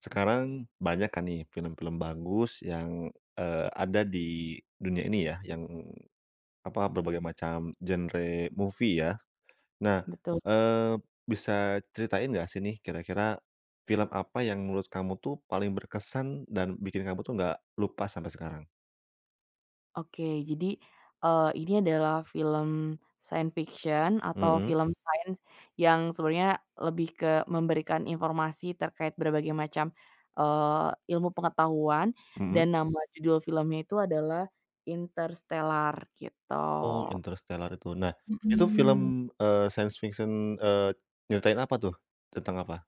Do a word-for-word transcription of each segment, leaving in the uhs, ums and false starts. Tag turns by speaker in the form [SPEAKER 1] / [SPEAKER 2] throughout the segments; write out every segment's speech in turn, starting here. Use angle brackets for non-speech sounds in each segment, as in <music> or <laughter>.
[SPEAKER 1] Sekarang banyak kan nih film-film bagus yang, eee, ada di dunia ini ya, yang apa, berbagai macam genre movie ya. Nah,
[SPEAKER 2] Betul.
[SPEAKER 1] eee, bisa ceritain nggak sih nih kira-kira film apa yang menurut kamu tuh paling berkesan dan bikin kamu tuh nggak lupa sampai sekarang?
[SPEAKER 2] Oke, jadi, eee, ini adalah film science fiction atau
[SPEAKER 1] Mhm,
[SPEAKER 2] film sains yang sebenarnya lebih ke memberikan informasi terkait berbagai macam, eee, ilmu pengetahuan dan
[SPEAKER 1] mhm.
[SPEAKER 2] nama judul filmnya itu adalah Interstellar gitu.
[SPEAKER 1] Oh, Interstellar itu. Nah, itu
[SPEAKER 2] Mhm.
[SPEAKER 1] film, eee, science fiction, eee, nyeritain apa tuh? Tentang apa?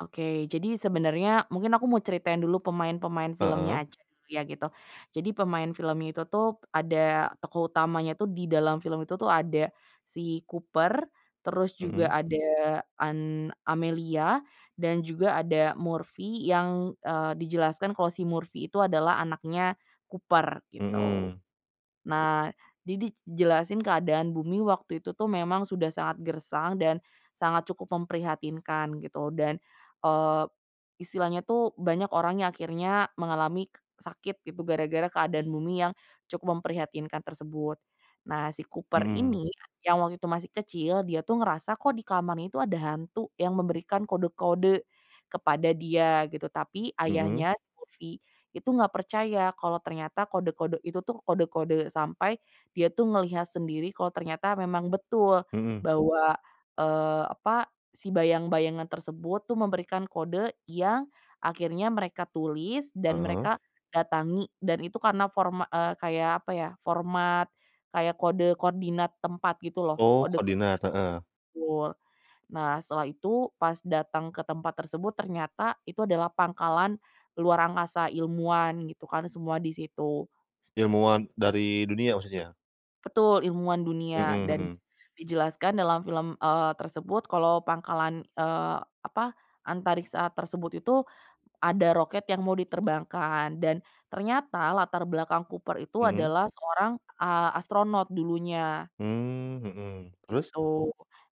[SPEAKER 2] Oke, jadi sebenarnya mungkin aku mau ceritain dulu pemain-pemain
[SPEAKER 1] Heeh.
[SPEAKER 2] filmnya aja dulu ya gitu. Jadi pemain filmnya itu tuh ada tokoh utamanya tuh di dalam film itu tuh ada si Cooper, terus juga
[SPEAKER 1] Mhm.
[SPEAKER 2] ada An Amelia dan juga ada Murphy yang, eee, dijelaskan kalau si Murphy itu adalah anaknya Cooper gitu.
[SPEAKER 1] Mhm.
[SPEAKER 2] Nah, jadi dijelasin keadaan bumi waktu itu tuh memang sudah sangat gersang dan sangat cukup memprihatinkan gitu dan, eee, istilahnya tuh banyak orang yang akhirnya mengalami k sakit gitu gara-gara keadaan bumi yang cukup memprihatinkan tersebut. Nah, si Cooper
[SPEAKER 1] Mhm.
[SPEAKER 2] ini yang waktu itu masih kecil dia tuh ngerasa kok di kamarnya itu ada hantu yang memberikan kode-kode kepada dia gitu tapi
[SPEAKER 1] Mhm.
[SPEAKER 2] ayahnya si Murphy itu nggak percaya kalau ternyata kode-kode itu tuh kode-kode sampai dia tuh ngelihat sendiri kalau ternyata memang betul
[SPEAKER 1] Mhm. Mhm.
[SPEAKER 2] bahwa, eee, apa, si bayang-bayangan tersebut tuh memberikan kode yang akhirnya mereka tulis dan
[SPEAKER 1] Heeh.
[SPEAKER 2] mereka datangi dan itu karena forma eee, kayak apa ya, format kayak kode koordinat tempat gitu loh,
[SPEAKER 1] Oh,
[SPEAKER 2] kode-kode
[SPEAKER 1] koordinat, heeh.
[SPEAKER 2] tersebut. Nah, setelah itu pas datang ke tempat tersebut ternyata itu adalah pangkalan luar angkasa, ilmuwan gitu kan, semua di situ.
[SPEAKER 1] Ilmuwan dari dunia maksudnya?
[SPEAKER 2] Betul, ilmuwan
[SPEAKER 1] Mhm,
[SPEAKER 2] dunia dan
[SPEAKER 1] mhm.
[SPEAKER 2] dijelaskan dalam film, eee, tersebut kalau pangkalan, eee, apa, antariksa tersebut itu ada roket yang mau diterbangkan dan ternyata latar belakang Cooper itu
[SPEAKER 1] Mhm.
[SPEAKER 2] adalah seorang, eee, astronot dulunya.
[SPEAKER 1] Mmm, mhm. Terus?
[SPEAKER 2] Gitu.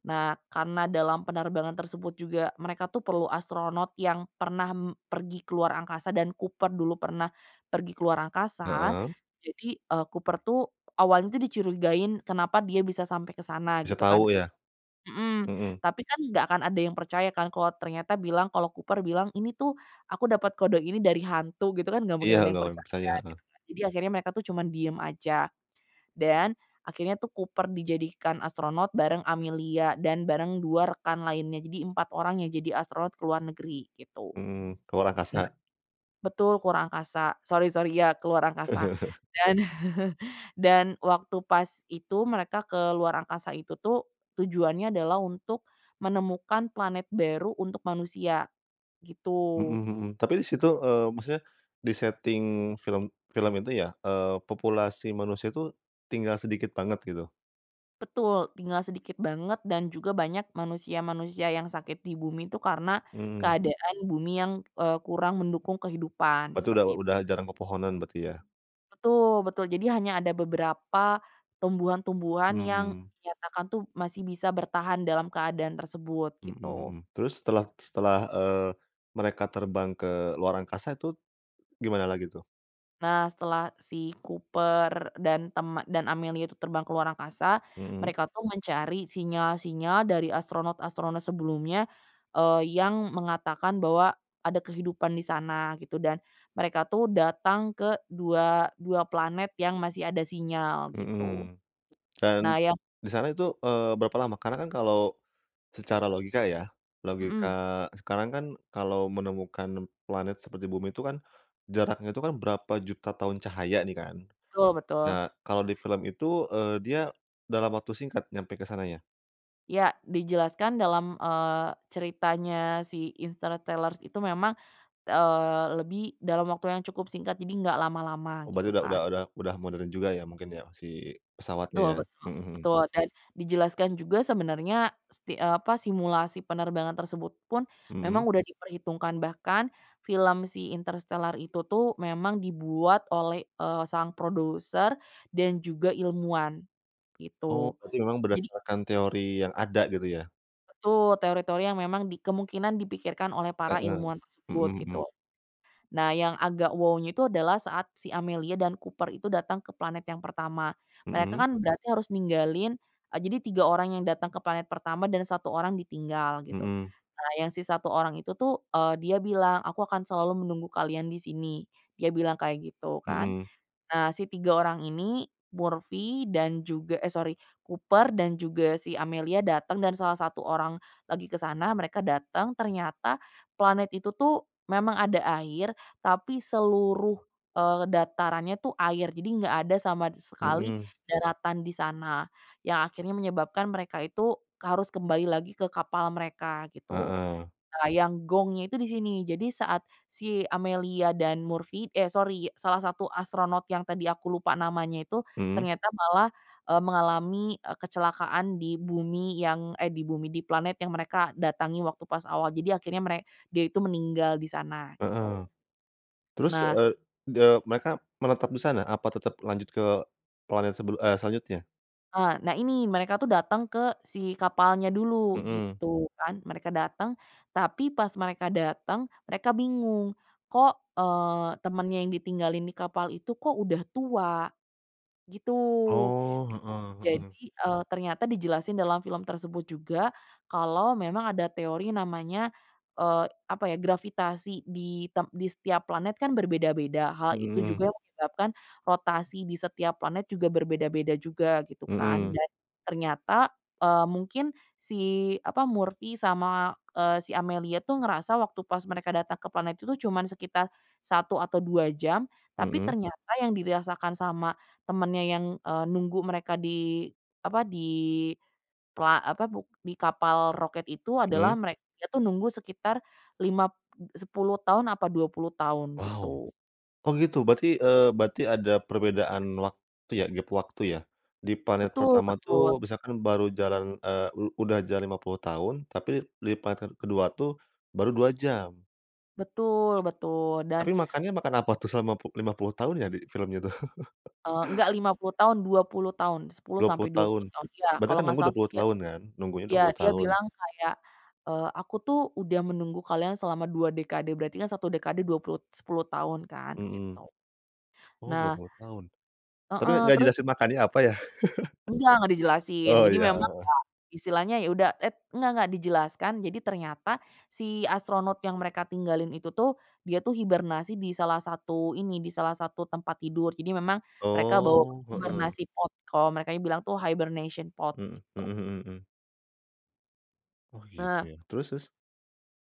[SPEAKER 2] Nah, karena dalam penerbangan tersebut juga mereka tuh perlu astronot yang pernah m pergi keluar angkasa dan Cooper dulu pernah pergi keluar angkasa.
[SPEAKER 1] Heeh.
[SPEAKER 2] Jadi, eee, Cooper tuh awalnya tuh dicurigain kenapa dia bisa sampai ke sana
[SPEAKER 1] Bisa
[SPEAKER 2] gitu kan
[SPEAKER 1] tahu
[SPEAKER 2] ke
[SPEAKER 1] ya?
[SPEAKER 2] mhm,
[SPEAKER 1] Mhm.
[SPEAKER 2] tapi kan nggak akan ada yang percaya kan kalau ternyata bilang kalau Cooper bilang, "Ini tuh aku dapat kode ini dari hantu," gitu kan nggak
[SPEAKER 1] Iya,
[SPEAKER 2] mungkin ada yang
[SPEAKER 1] gawang percaya,
[SPEAKER 2] percaya
[SPEAKER 1] heeh.
[SPEAKER 2] gitu kan. Jadi akhirnya mereka tuh cuman diem aja. Dan akhirnya tuh Cooper dijadikan astronot bareng Amelia dan bareng dua rekan lainnya. Jadi empat orang yang jadi astronot ke luar negeri gitu.
[SPEAKER 1] Mhm, ke luar angkasa.
[SPEAKER 2] Nah, betul, ke luar angkasa. Sorry sorry, ya ke luar angkasa.
[SPEAKER 1] <laughs>
[SPEAKER 2] Dan <laughs> dan waktu pas itu mereka ke luar angkasa itu tuh tujuannya adalah untuk menemukan planet baru untuk manusia,
[SPEAKER 1] Mhm,
[SPEAKER 2] gitu.
[SPEAKER 1] mhm, mhm. Tapi di situ, eee, maksudnya di setting film film itu ya, eee, populasi manusia itu tinggal sedikit banget gitu?
[SPEAKER 2] Betul, tinggal sedikit banget dan juga banyak manusia-manusia yang sakit di bumi itu karena
[SPEAKER 1] Mhm.
[SPEAKER 2] keadaan bumi yang, eee, kurang mendukung kehidupan,
[SPEAKER 1] Berarti udah
[SPEAKER 2] seperti itu.
[SPEAKER 1] udah jarang pepohonan berarti ya?
[SPEAKER 2] Betul betul, jadi hanya ada beberapa tumbuhan-tumbuhan yang
[SPEAKER 1] Mhm.
[SPEAKER 2] dinyatakan tuh masih bisa bertahan dalam keadaan tersebut,
[SPEAKER 1] Mhm,
[SPEAKER 2] gitu.
[SPEAKER 1] mhm. Terus setelah setelah, eee, mereka terbang ke luar angkasa itu gimana lagi tuh?
[SPEAKER 2] Nah, setelah si Cooper dan tema dan Amelia itu terbang ke luar angkasa,
[SPEAKER 1] Mhm,
[SPEAKER 2] mereka tuh mencari sinyal-sinyal dari astronot-astronot sebelumnya, eee, yang mengatakan bahwa ada kehidupan di sana gitu dan mereka tuh datang ke dua dua planet yang masih ada sinyal gitu.
[SPEAKER 1] mhm. Dan
[SPEAKER 2] Nah yang
[SPEAKER 1] di sana itu, eee, berapa lama? Karena kan kalau secara logika ya,
[SPEAKER 2] mhm,
[SPEAKER 1] logika sekarang kan kalau menemukan planet seperti Bumi itu kan jaraknya itu kan berapa juta tahun cahaya nih kan.
[SPEAKER 2] betul betul.
[SPEAKER 1] Nah, kalau di film itu, eee, dia dalam waktu singkat nyampe ke sananya?
[SPEAKER 2] Ya, dijelaskan dalam, eee, ceritanya si Interstellar itu memang, eee, lebih dalam waktu yang cukup singkat jadi nggak lama-lama
[SPEAKER 1] Oh, berarti
[SPEAKER 2] gitu
[SPEAKER 1] udah
[SPEAKER 2] kan.
[SPEAKER 1] udah udah udah modern juga ya mungkin ya si pesawatnya
[SPEAKER 2] Betul
[SPEAKER 1] ya?
[SPEAKER 2] betul
[SPEAKER 1] Mhm, mhm.
[SPEAKER 2] betul, dan dijelaskan juga sebenarnya sti apa, simulasi penerbangan tersebut pun
[SPEAKER 1] Mhm?
[SPEAKER 2] memang udah diperhitungkan, bahkan film si Interstellar itu tuh memang dibuat oleh, eee, sang produser dan juga ilmuwan,
[SPEAKER 1] Oh,
[SPEAKER 2] gitu.
[SPEAKER 1] berarti memang
[SPEAKER 2] Jadi
[SPEAKER 1] berdasarkan teori yang ada gitu ya?
[SPEAKER 2] betul, teori-teori yang memang di kemungkinan dipikirkan oleh para
[SPEAKER 1] Heeh.
[SPEAKER 2] ilmuwan tersebut,
[SPEAKER 1] Mhm, mhm.
[SPEAKER 2] gitu. Nah, yang agak wow-nya itu adalah saat si Amelia dan Cooper itu datang ke planet yang pertama. Mereka
[SPEAKER 1] Mhm?
[SPEAKER 2] kan Mhm. berarti harus ninggalin, eee, jadi tiga orang yang datang ke planet pertama dan satu orang ditinggal gitu.
[SPEAKER 1] Mhm.
[SPEAKER 2] Nah, yang si satu orang itu tuh, eee, dia bilang, "Aku akan selalu menunggu kalian di sini." Dia bilang kayak gitu kan.
[SPEAKER 1] Mhm.
[SPEAKER 2] Nah, si tiga orang ini, Murphy dan juga eh, sorry, Cooper dan juga si Amelia datang dan salah satu orang lagi ke sana, mereka datang, ternyata planet itu tuh memang ada air, tapi seluruh, eee, datarannya tuh air, jadi nggak ada sama
[SPEAKER 1] Mhm.
[SPEAKER 2] sekali
[SPEAKER 1] Mhm.
[SPEAKER 2] daratan di sana, yang akhirnya menyebabkan mereka itu harus kembali lagi ke kapal mereka, gitu.
[SPEAKER 1] Heeh,
[SPEAKER 2] Nah, yang gongnya itu di sini. Jadi saat si Amelia dan Murphy eh, sorry, salah satu astronot yang tadi aku lupa namanya itu,
[SPEAKER 1] mhm,
[SPEAKER 2] ternyata malah, eee, mengalami, eee, kecelakaan di bumi yang eh, di bumi, di planet yang mereka datangi waktu pas awal. Jadi akhirnya mere dia itu meninggal di sana, gitu.
[SPEAKER 1] heeh. Terus,
[SPEAKER 2] Nah
[SPEAKER 1] eee, eee, mereka menetap di sana? Apa tetap lanjut ke planet sebelu eee, selanjutnya?
[SPEAKER 2] Eee, nah ini mereka tuh datang ke si kapalnya dulu
[SPEAKER 1] Mhm.
[SPEAKER 2] gitu kan, mereka datang, tapi pas mereka datang mereka bingung, kok, eee, temennya yang ditinggalin di kapal itu kok udah tua gitu.
[SPEAKER 1] Oh, heeh, heeh.
[SPEAKER 2] Jadi, eee, ternyata dijelasin dalam film tersebut juga kalau memang ada teori namanya, eee, apa ya, gravitasi di tem di setiap planet kan berbeda-beda. Hal itu
[SPEAKER 1] Mhm,
[SPEAKER 2] juga menyebabkan rotasi di setiap planet juga berbeda-beda juga gitu kan.
[SPEAKER 1] mhm,
[SPEAKER 2] Dan ternyata, eee, mungkin si, apa, Murphy sama, eee, si Amelia tuh ngerasa waktu pas mereka datang ke planet itu cuman sekitar satu atau dua jam, tapi
[SPEAKER 1] mhm,
[SPEAKER 2] ternyata yang dirasakan sama temennya yang, eee, nunggu mereka di apa, di pela apa, buk di kapal roket itu adalah
[SPEAKER 1] mhm.
[SPEAKER 2] mereka dia tuh nunggu sekitar lima sepuluh tahun apa dua puluh tahun
[SPEAKER 1] Wow!
[SPEAKER 2] gitu.
[SPEAKER 1] Oh gitu, berarti, eee, berarti ada perbedaan waktu ya, gap waktu ya? Di planet
[SPEAKER 2] Betul
[SPEAKER 1] pertama
[SPEAKER 2] betul
[SPEAKER 1] tuh misalkan baru jalan, eee, u udah jalan lima puluh tahun, tapi di planet kedua tuh baru dua jam.
[SPEAKER 2] betul betul dan,
[SPEAKER 1] Tapi makannya makan apa tuh selama pu lima puluh tahun ya di filmnya tuh?
[SPEAKER 2] eee, enggak lima puluh tahun, dua puluh tahun, sepuluh
[SPEAKER 1] dua
[SPEAKER 2] sampai
[SPEAKER 1] puluh
[SPEAKER 2] dua
[SPEAKER 1] tahun.
[SPEAKER 2] puluh tahun. Ya
[SPEAKER 1] Berarti
[SPEAKER 2] kalau
[SPEAKER 1] kan
[SPEAKER 2] nggak
[SPEAKER 1] nunggu dua
[SPEAKER 2] salah
[SPEAKER 1] puluh
[SPEAKER 2] dia
[SPEAKER 1] tahun kan? Nunggunya dua
[SPEAKER 2] ya
[SPEAKER 1] puluh
[SPEAKER 2] dia
[SPEAKER 1] tahun.
[SPEAKER 2] bilang kayak, eee, "Aku tuh udah menunggu kalian selama dua dekade," berarti kan satu dekade dua puluh sepuluh tahun kan
[SPEAKER 1] Mhm.
[SPEAKER 2] gitu.
[SPEAKER 1] Oh, dua
[SPEAKER 2] Nah,
[SPEAKER 1] puluh tahun. Tapi
[SPEAKER 2] heeh,
[SPEAKER 1] nggak
[SPEAKER 2] terus
[SPEAKER 1] jelasin makannya apa ya?
[SPEAKER 2] Enggak enggak dijelasin.
[SPEAKER 1] Oh
[SPEAKER 2] Jadi memang
[SPEAKER 1] ya.
[SPEAKER 2] istilahnya ya udah et enggak enggak dijelaskan. Jadi ternyata si astronot yang mereka tinggalin itu tuh, dia tuh hibernasi di salah satu ini, di salah satu tempat tidur. Jadi memang mereka bawa
[SPEAKER 1] Oh, heeh.
[SPEAKER 2] hibernasi pod, kalau merekanya bilang tuh hibernation pod
[SPEAKER 1] Mhm,
[SPEAKER 2] gitu.
[SPEAKER 1] mhm, mhm, mhm. Oh gitu
[SPEAKER 2] Nah,
[SPEAKER 1] ya. Terus, terus?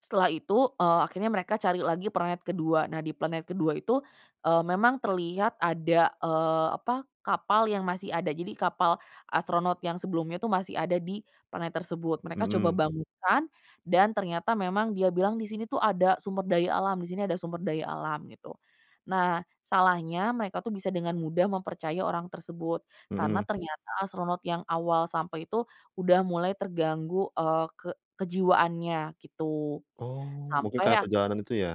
[SPEAKER 2] setelah itu, eee, akhirnya mereka cari lagi planet kedua. Nah, di planet kedua itu, eee, memang terlihat ada, eee, apa, kapal yang masih ada. Jadi kapal astronot yang sebelumnya tuh masih ada di planet tersebut. Mereka coba
[SPEAKER 1] Mhm,
[SPEAKER 2] bangunkan dan ternyata memang dia bilang di sini tuh ada sumber daya alam, di sini ada sumber daya alam gitu. Nah, salahnya mereka tuh bisa dengan mudah mempercaya orang tersebut
[SPEAKER 1] mhm.
[SPEAKER 2] karena ternyata astronot yang awal sampai itu udah mulai terganggu, eee, ke kejiwaannya gitu.
[SPEAKER 1] Oh, mungkin
[SPEAKER 2] Sampai
[SPEAKER 1] karena
[SPEAKER 2] akhir
[SPEAKER 1] perjalanan itu ya?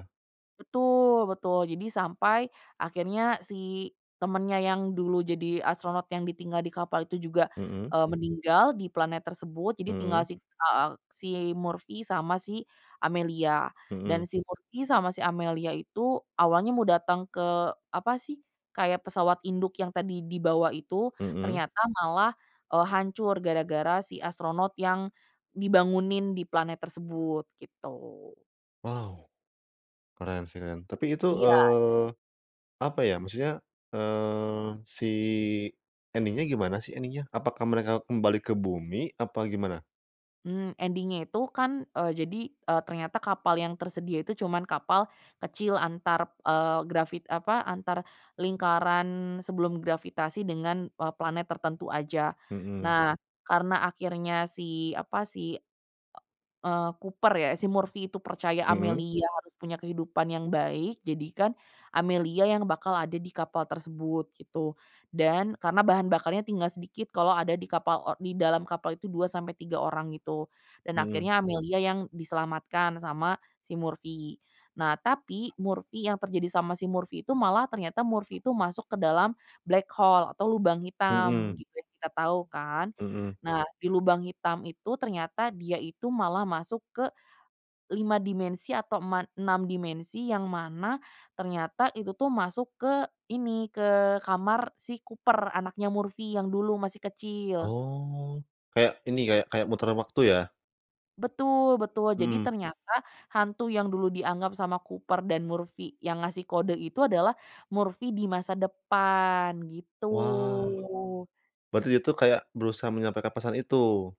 [SPEAKER 2] betul betul. Jadi sampai akhirnya si temennya yang dulu jadi astronot yang ditinggal di kapal itu juga,
[SPEAKER 1] Mhm,
[SPEAKER 2] eee, meninggal di planet tersebut. Jadi tinggal
[SPEAKER 1] mhm,
[SPEAKER 2] si heeh, si Murphy sama si Amelia. Dan
[SPEAKER 1] mhm,
[SPEAKER 2] si Murphy sama si Amelia itu awalnya mau datang ke apa sih, kayak pesawat induk yang tadi dibawa itu,
[SPEAKER 1] mhm.
[SPEAKER 2] ternyata malah, eee, hancur gara-gara si astronot yang dibangunin di planet tersebut, gitu.
[SPEAKER 1] Wow, keren sih, keren. Tapi itu,
[SPEAKER 2] Iya.
[SPEAKER 1] eee, apa ya maksudnya, eee, si ending-nya gimana sih ending-nya? Apakah mereka kembali ke bumi apa gimana?
[SPEAKER 2] Mmm, ending-nya itu kan, eee, jadi, eee, ternyata kapal yang tersedia itu cuman kapal kecil antar, eee, gravit apa, antar lingkaran sebelum gravitasi dengan, eee, planet tertentu aja.
[SPEAKER 1] Mhm,
[SPEAKER 2] Nah, iya, karena akhirnya si, apa, si Eee, Cooper ya, si Murphy itu percaya
[SPEAKER 1] mhm.
[SPEAKER 2] Amelia, iya, harus punya kehidupan yang baik, jadi kan Amelia yang bakal ada di kapal tersebut gitu. Dan karena bahan bakarnya tinggal sedikit kalau ada di kapal o di dalam kapal itu dua sampai tiga orang gitu. Dan
[SPEAKER 1] Mhm,
[SPEAKER 2] akhirnya, iya, Amelia yang diselamatkan sama si Murphy. Nah, tapi Murphy yang terjadi sama si Murphy itu malah ternyata Murphy itu masuk ke dalam black hole atau lubang hitam
[SPEAKER 1] mhm,
[SPEAKER 2] Mmm. gitu yang kita tahu kan.
[SPEAKER 1] mhm.
[SPEAKER 2] Nah, di lubang hitam itu ternyata dia itu malah masuk ke lima dimensi atau eman enam dimensi yang mana ternyata itu tuh masuk ke ini, ke kamar si Cooper, anaknya Murphy yang dulu masih kecil.
[SPEAKER 1] Oh, kayak ini, kayak kayak muter waktu ya?
[SPEAKER 2] Betul betul. Jadi
[SPEAKER 1] Mhm.
[SPEAKER 2] ternyata hantu yang dulu dianggap sama Cooper dan Murphy yang ngasih kode itu adalah Murphy di masa depan, gitu.
[SPEAKER 1] Wah, berarti dia tuh kayak berusaha menyampaikan pesan itu?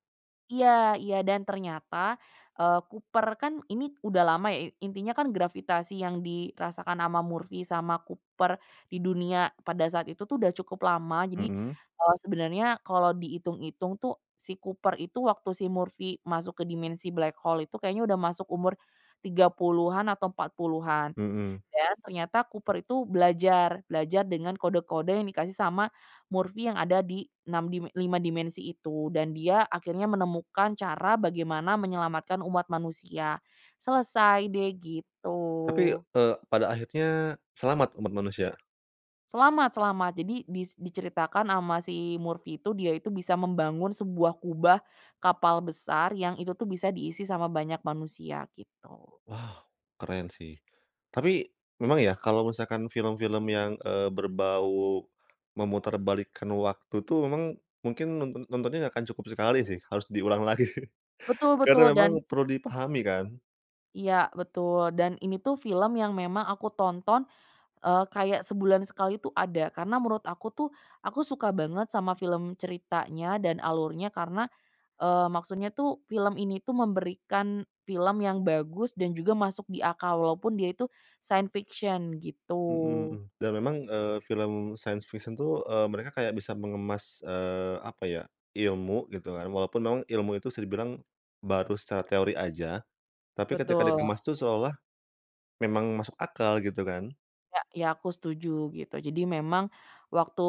[SPEAKER 2] Iya iya, dan ternyata, eee, Cooper kan ini udah lama ya, i- intinya kan gravitasi yang dirasakan sama Murphy sama Cooper di dunia pada saat itu tuh udah cukup lama. Jadi,
[SPEAKER 1] Mhm,
[SPEAKER 2] eee, sebenarnya kalau dihitung-hitung tuh si Cooper itu waktu si Murphy masuk ke dimensi black hole itu kayaknya udah masuk umur tiga puluhan-an atau empat puluhan-an.
[SPEAKER 1] mhm.
[SPEAKER 2] Dan ternyata Cooper itu belajar, belajar dengan kode-kode yang dikasih sama Murphy yang ada di enam dim lima dimensi itu, dan dia akhirnya menemukan cara bagaimana menyelamatkan umat manusia. Selesai deh
[SPEAKER 1] Tapi,
[SPEAKER 2] gitu.
[SPEAKER 1] eee, pada akhirnya selamat umat manusia?
[SPEAKER 2] Selamat selamat. Jadi dis diceritakan sama si Murphy itu dia itu bisa membangun sebuah kubah kapal besar yang itu tuh bisa diisi sama banyak manusia gitu.
[SPEAKER 1] Wah, keren sih. Tapi memang ya kalau misalkan film-film yang, eee, berbau memutarbalikkan waktu tuh memang mungkin nonton nontonnya nggak akan cukup sekali sih, harus diulang lagi.
[SPEAKER 2] Betul
[SPEAKER 1] <laughs>
[SPEAKER 2] betul
[SPEAKER 1] Karena memang
[SPEAKER 2] dan
[SPEAKER 1] perlu dipahami kan?
[SPEAKER 2] iya betul, dan ini tuh film yang memang aku tonton Eee, kayak sebulan sekali tuh ada, karena menurut aku tuh, aku suka banget sama film ceritanya dan alurnya karena, eee, maksudnya tuh film ini tuh memberikan film yang bagus dan juga masuk di akal walaupun dia itu science fiction gitu.
[SPEAKER 1] Mhm, mhm. Dan memang, eee, film science fiction tuh, eee, mereka kayak bisa mengemas, eee, apa ya, ilmu gitu kan, walaupun memang ilmu itu bisa dibilang baru secara teori aja, tapi ketika
[SPEAKER 2] Betul.
[SPEAKER 1] dikemas tuh seolah-olah memang masuk akal gitu kan.
[SPEAKER 2] Ya ya aku setuju gitu. Jadi memang waktu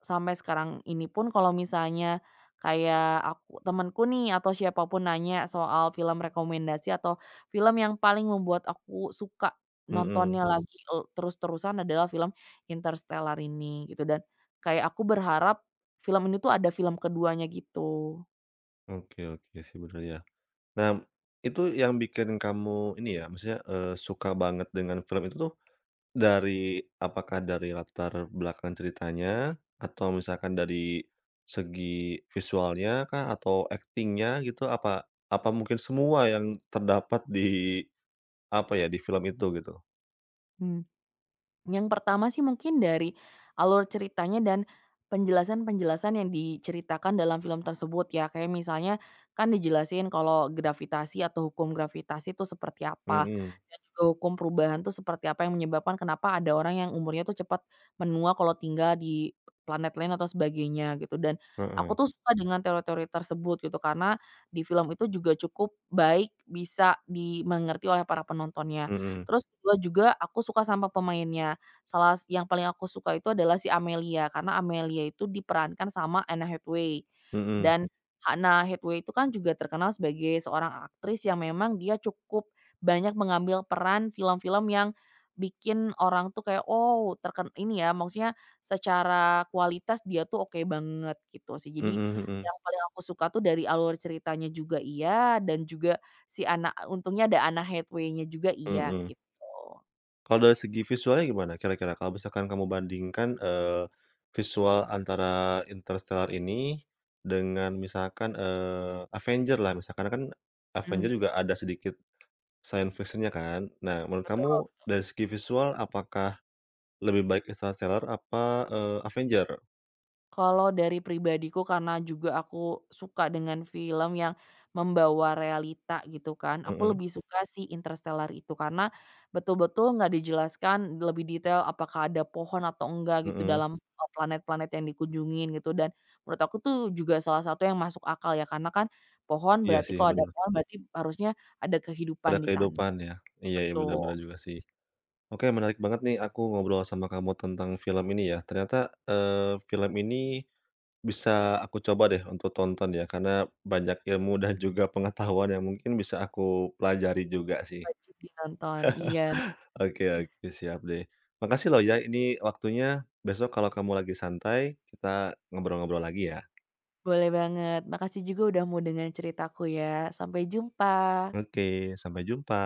[SPEAKER 2] sampai sekarang ini pun kalau misalnya kayak aku temanku nih atau siapapun nanya soal film rekomendasi atau film yang paling membuat aku suka
[SPEAKER 1] Mhm.
[SPEAKER 2] nontonnya Mhm. lagi, eee, terus-terusan adalah film Interstellar ini gitu dan kayak aku berharap film ini tuh ada film keduanya gitu.
[SPEAKER 1] Oke, oke sih, bener ya. Nah, itu yang bikin kamu ini ya, maksudnya, eee, suka banget dengan film itu tuh. Dari apakah dari latar belakang ceritanya, atau misalkan dari segi visualnya kah, atau akting gitu, apa apa mungkin semua yang terdapat di, apa ya, di film itu gitu?
[SPEAKER 2] Hmm. Yang pertama sih mungkin dari alur ceritanya dan penjelasan-penjelasan yang diceritakan dalam film tersebut ya. Kayak misalnya kan dijelasin kalau gravitasi atau hukum gravitasi itu seperti apa,
[SPEAKER 1] Mhm,
[SPEAKER 2] dan juga hukum perubahan itu seperti apa yang menyebabkan kenapa ada orang yang umurnya tuh cepat menua kalau tinggal di planet lain atau sebagainya gitu. Dan aku
[SPEAKER 1] heeh,
[SPEAKER 2] tuh suka dengan teori-teori tersebut gitu karena di film itu juga cukup baik bisa dimengerti oleh para penontonnya.
[SPEAKER 1] mhm,
[SPEAKER 2] Terus kedua juga aku suka sama pemainnya. Salah s yang paling aku suka itu adalah si Amelia, karena Amelia itu diperankan sama Anna Hathaway.
[SPEAKER 1] mhm,
[SPEAKER 2] Dan Anna Hathaway itu kan juga terkenal sebagai seorang aktris yang memang dia cukup banyak mengambil peran film-film yang bikin orang tuh kayak, "Oh terken" ini ya, maksudnya secara kualitas dia tuh oke banget gitu sih. Jadi
[SPEAKER 1] mhm,
[SPEAKER 2] yang paling aku suka tuh dari alur ceritanya juga iya, dan juga si anak untungnya ada Anna Hathaway-nya juga
[SPEAKER 1] mhm,
[SPEAKER 2] iya
[SPEAKER 1] mhm.
[SPEAKER 2] gitu.
[SPEAKER 1] Kalau dari segi visualnya gimana kira-kira kalau misalkan kamu bandingkan, eee, visual antara Interstellar ini dengan misalkan, eee, Avenger lah misalkan kan Avenger
[SPEAKER 2] Mhm,
[SPEAKER 1] juga ada sedikit science fiction-nya kan. Nah, menurut kamu
[SPEAKER 2] betul.
[SPEAKER 1] dari segi visual apakah lebih baik Interstellar apa, eee, Avenger?
[SPEAKER 2] Kalau dari pribadiku karena juga aku suka dengan film yang membawa realita gitu kan, aku
[SPEAKER 1] Mhm,
[SPEAKER 2] lebih suka si Interstellar itu karena betul-betul nggak dijelaskan lebih detail apakah ada pohon atau enggak gitu
[SPEAKER 1] mhm.
[SPEAKER 2] dalam, eee, planet-planet yang dikunjungin gitu dan menurut aku tuh juga salah satu yang masuk akal ya karena kan pohon
[SPEAKER 1] Iya
[SPEAKER 2] berarti
[SPEAKER 1] sih
[SPEAKER 2] kalau ada
[SPEAKER 1] bener,
[SPEAKER 2] pohon berarti harusnya ada
[SPEAKER 1] ada
[SPEAKER 2] kehidupan di sana.
[SPEAKER 1] kehidupan ya. Iya, iya, bener,
[SPEAKER 2] Betul,
[SPEAKER 1] bener juga sih. Oke, menarik banget nih aku ngobrol sama kamu tentang film ini ya. Ternyata, eee, film ini bisa aku coba deh untuk tonton ya, karena banyak ilmu dan juga pengetahuan yang mungkin bisa aku pelajari juga sih.
[SPEAKER 2] wajib ditonton. Iya,
[SPEAKER 1] Oke, oke, siap deh. Makasih loh ya, ini waktunya. Besok kalau kamu lagi santai, kita ngobrol-ngobrol lagi ya.
[SPEAKER 2] boleh banget. Makasih juga udah mau dengan ceritaku ya. Sampai jumpa.
[SPEAKER 1] Oke, sampai jumpa.